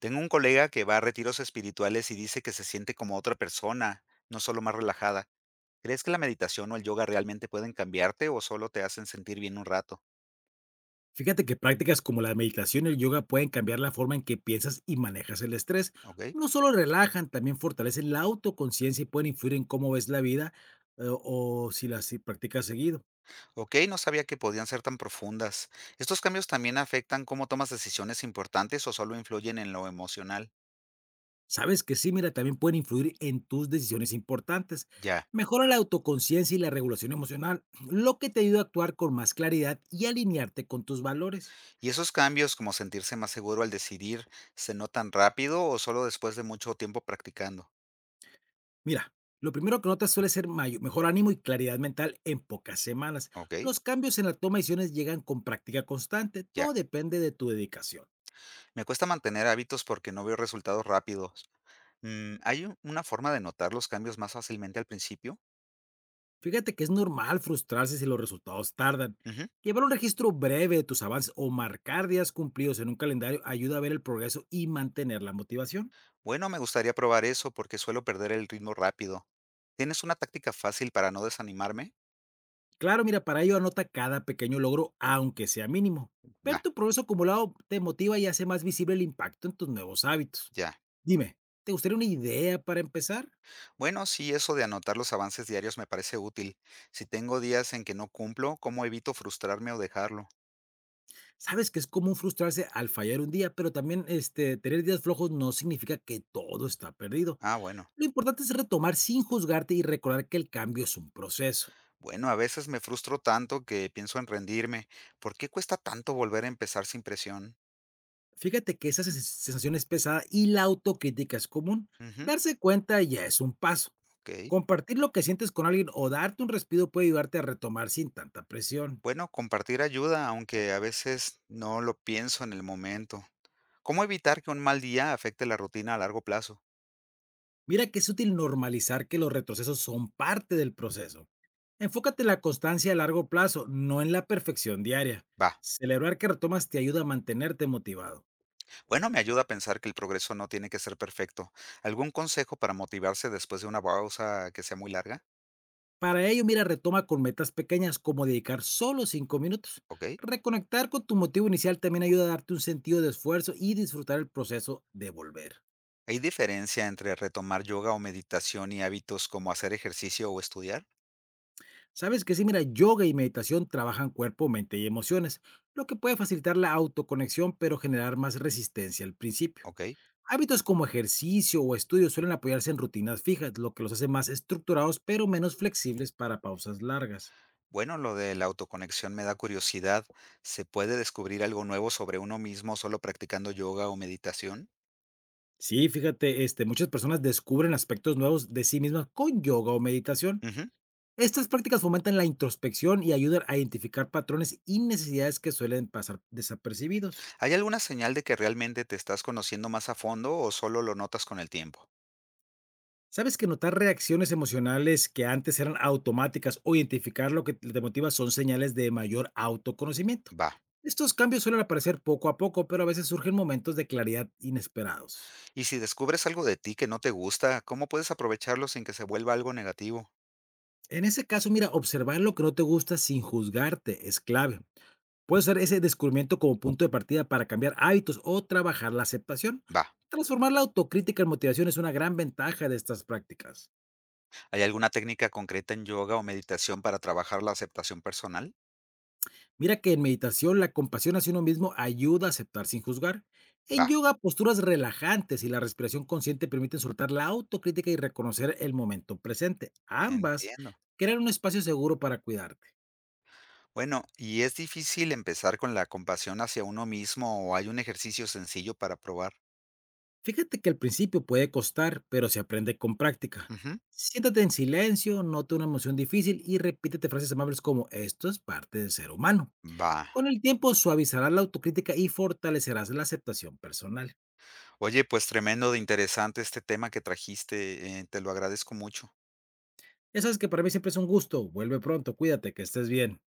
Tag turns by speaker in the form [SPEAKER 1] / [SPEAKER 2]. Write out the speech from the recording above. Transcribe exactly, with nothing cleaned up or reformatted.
[SPEAKER 1] Tengo un colega que va a retiros espirituales y dice que se siente como otra persona, no solo más relajada. ¿Crees que la meditación o el yoga realmente pueden cambiarte o solo te hacen sentir bien un rato?
[SPEAKER 2] Fíjate que prácticas como la meditación y el yoga pueden cambiar la forma en que piensas y manejas el estrés.
[SPEAKER 1] Ok,
[SPEAKER 2] No solo relajan, también fortalecen la autoconciencia y pueden influir en cómo ves la vida eh, o si las si practicas seguido.
[SPEAKER 1] ok, no sabía que podían ser tan profundas. ¿Estos cambios también afectan cómo tomas decisiones importantes o solo influyen en lo emocional?
[SPEAKER 2] Sabes que sí, mira, también pueden influir en tus decisiones importantes.
[SPEAKER 1] Ya.
[SPEAKER 2] Mejora la autoconciencia y la regulación emocional, lo que te ayuda a actuar con más claridad y alinearte con tus valores.
[SPEAKER 1] ¿Y esos cambios, como sentirse más seguro al decidir, se notan rápido o solo después de mucho tiempo practicando?
[SPEAKER 2] Mira, lo primero que notas suele ser mayo- mejor ánimo y claridad mental en pocas semanas.
[SPEAKER 1] Ok,
[SPEAKER 2] Los cambios en la toma de decisiones llegan con práctica constante.
[SPEAKER 1] ya.
[SPEAKER 2] Todo depende de tu dedicación.
[SPEAKER 1] Me cuesta mantener hábitos porque no veo resultados rápidos. Mm, ¿hay u- una forma de notar los cambios más fácilmente al principio?
[SPEAKER 2] Fíjate que es normal frustrarse si los resultados tardan.
[SPEAKER 1] Ujú.
[SPEAKER 2] Llevar un registro breve de tus avances o marcar días cumplidos en un calendario ayuda a ver el progreso y mantener la motivación.
[SPEAKER 1] Bueno, me gustaría probar eso porque suelo perder el ritmo rápido. ¿Tienes una táctica fácil para no desanimarme?
[SPEAKER 2] Claro, mira, para ello anota cada pequeño logro, aunque sea mínimo. Ver
[SPEAKER 1] Va,
[SPEAKER 2] tu progreso acumulado te motiva y hace más visible el impacto en tus nuevos hábitos.
[SPEAKER 1] ya.
[SPEAKER 2] Dime, ¿te gustaría una idea para empezar?
[SPEAKER 1] Bueno, sí, eso de anotar los avances diarios me parece útil. Si tengo días en que no cumplo, ¿cómo evito frustrarme o dejarlo?
[SPEAKER 2] Sabes que es común frustrarse al fallar un día, pero también, este, tener días flojos no significa que todo está perdido.
[SPEAKER 1] Ah, bueno.
[SPEAKER 2] Lo importante es retomar sin juzgarte y recordar que el cambio es un proceso.
[SPEAKER 1] Bueno, a veces me frustro tanto que pienso en rendirme. ¿Por qué cuesta tanto volver a empezar sin presión?
[SPEAKER 2] Fíjate que esa sens- sensación es pesada y la autocrítica es común.
[SPEAKER 1] Ujú,
[SPEAKER 2] Darse cuenta ya es un paso.
[SPEAKER 1] ok.
[SPEAKER 2] Compartir lo que sientes con alguien o darte un respiro puede ayudarte a retomar sin tanta presión.
[SPEAKER 1] Bueno, compartir ayuda, aunque a veces no lo pienso en el momento. ¿Cómo evitar que un mal día afecte la rutina a largo plazo?
[SPEAKER 2] Mira que es útil normalizar que los retrocesos son parte del proceso. Enfócate en la constancia a largo plazo, no en la perfección diaria.
[SPEAKER 1] Va.
[SPEAKER 2] Celebrar que retomas te ayuda a mantenerte motivado.
[SPEAKER 1] Bueno, me ayuda a pensar que el progreso no tiene que ser perfecto. ¿Algún consejo para motivarse después de una pausa que sea muy larga?
[SPEAKER 2] Para ello, mira, retoma con metas pequeñas como dedicar solo cinco minutos.
[SPEAKER 1] ¿Ok?
[SPEAKER 2] Reconectar con tu motivo inicial también ayuda a darte un sentido de esfuerzo y disfrutar el proceso de volver.
[SPEAKER 1] ¿Hay diferencia entre retomar yoga o meditación y hábitos como hacer ejercicio o estudiar?
[SPEAKER 2] Sabes que sí, mira, yoga y meditación trabajan cuerpo, mente y emociones, lo que puede facilitar la autoconexión pero generar más resistencia al principio.
[SPEAKER 1] ¿Ok?
[SPEAKER 2] Hábitos como ejercicio o estudio suelen apoyarse en rutinas fijas, lo que los hace más estructurados, pero menos flexibles para pausas largas.
[SPEAKER 1] Bueno, lo de la autoconexión me da curiosidad. ¿Se puede descubrir algo nuevo sobre uno mismo solo practicando yoga o meditación?
[SPEAKER 2] Sí, fíjate, este, muchas personas descubren aspectos nuevos de sí mismas con yoga o meditación.
[SPEAKER 1] Ujú.
[SPEAKER 2] Estas prácticas fomentan la introspección y ayudan a identificar patrones y necesidades que suelen pasar desapercibidos.
[SPEAKER 1] ¿Hay alguna señal de que realmente te estás conociendo más a fondo o solo lo notas con el tiempo?
[SPEAKER 2] ¿Sabes que notar reacciones emocionales que antes eran automáticas o identificar lo que te motiva son señales de mayor autoconocimiento?
[SPEAKER 1] Va.
[SPEAKER 2] Estos cambios suelen aparecer poco a poco, pero a veces surgen momentos de claridad inesperados.
[SPEAKER 1] Y si descubres algo de ti que no te gusta, ¿cómo puedes aprovecharlo sin que se vuelva algo negativo?
[SPEAKER 2] En ese caso, mira, observar lo que no te gusta sin juzgarte es clave. Puedes usar ese descubrimiento como punto de partida para cambiar hábitos o trabajar la aceptación.
[SPEAKER 1] Va.
[SPEAKER 2] Transformar la autocrítica en motivación es una gran ventaja de estas prácticas.
[SPEAKER 1] ¿Hay alguna técnica concreta en yoga o meditación para trabajar la aceptación personal?
[SPEAKER 2] Mira que en meditación la compasión hacia uno mismo ayuda a aceptar sin juzgar. En
[SPEAKER 1] Va.
[SPEAKER 2] yoga, posturas relajantes y la respiración consciente permiten soltar la autocrítica y reconocer el momento presente. Ambas
[SPEAKER 1] Entiendo.
[SPEAKER 2] crean un espacio seguro para cuidarte.
[SPEAKER 1] Bueno, ¿y es difícil empezar con la compasión hacia uno mismo o hay un ejercicio sencillo para probar?
[SPEAKER 2] Fíjate que al principio puede costar, pero se aprende con práctica.
[SPEAKER 1] Ujú.
[SPEAKER 2] Siéntate en silencio, nota una emoción difícil y repítete frases amables como esto es parte del ser humano.
[SPEAKER 1] Va.
[SPEAKER 2] Con el tiempo suavizarás la autocrítica y fortalecerás la aceptación personal.
[SPEAKER 1] Oye, pues tremendo de interesante este tema que trajiste. Eh, te lo agradezco mucho.
[SPEAKER 2] Ya sabes que para mí siempre es un gusto. Vuelve pronto, cuídate, que estés bien.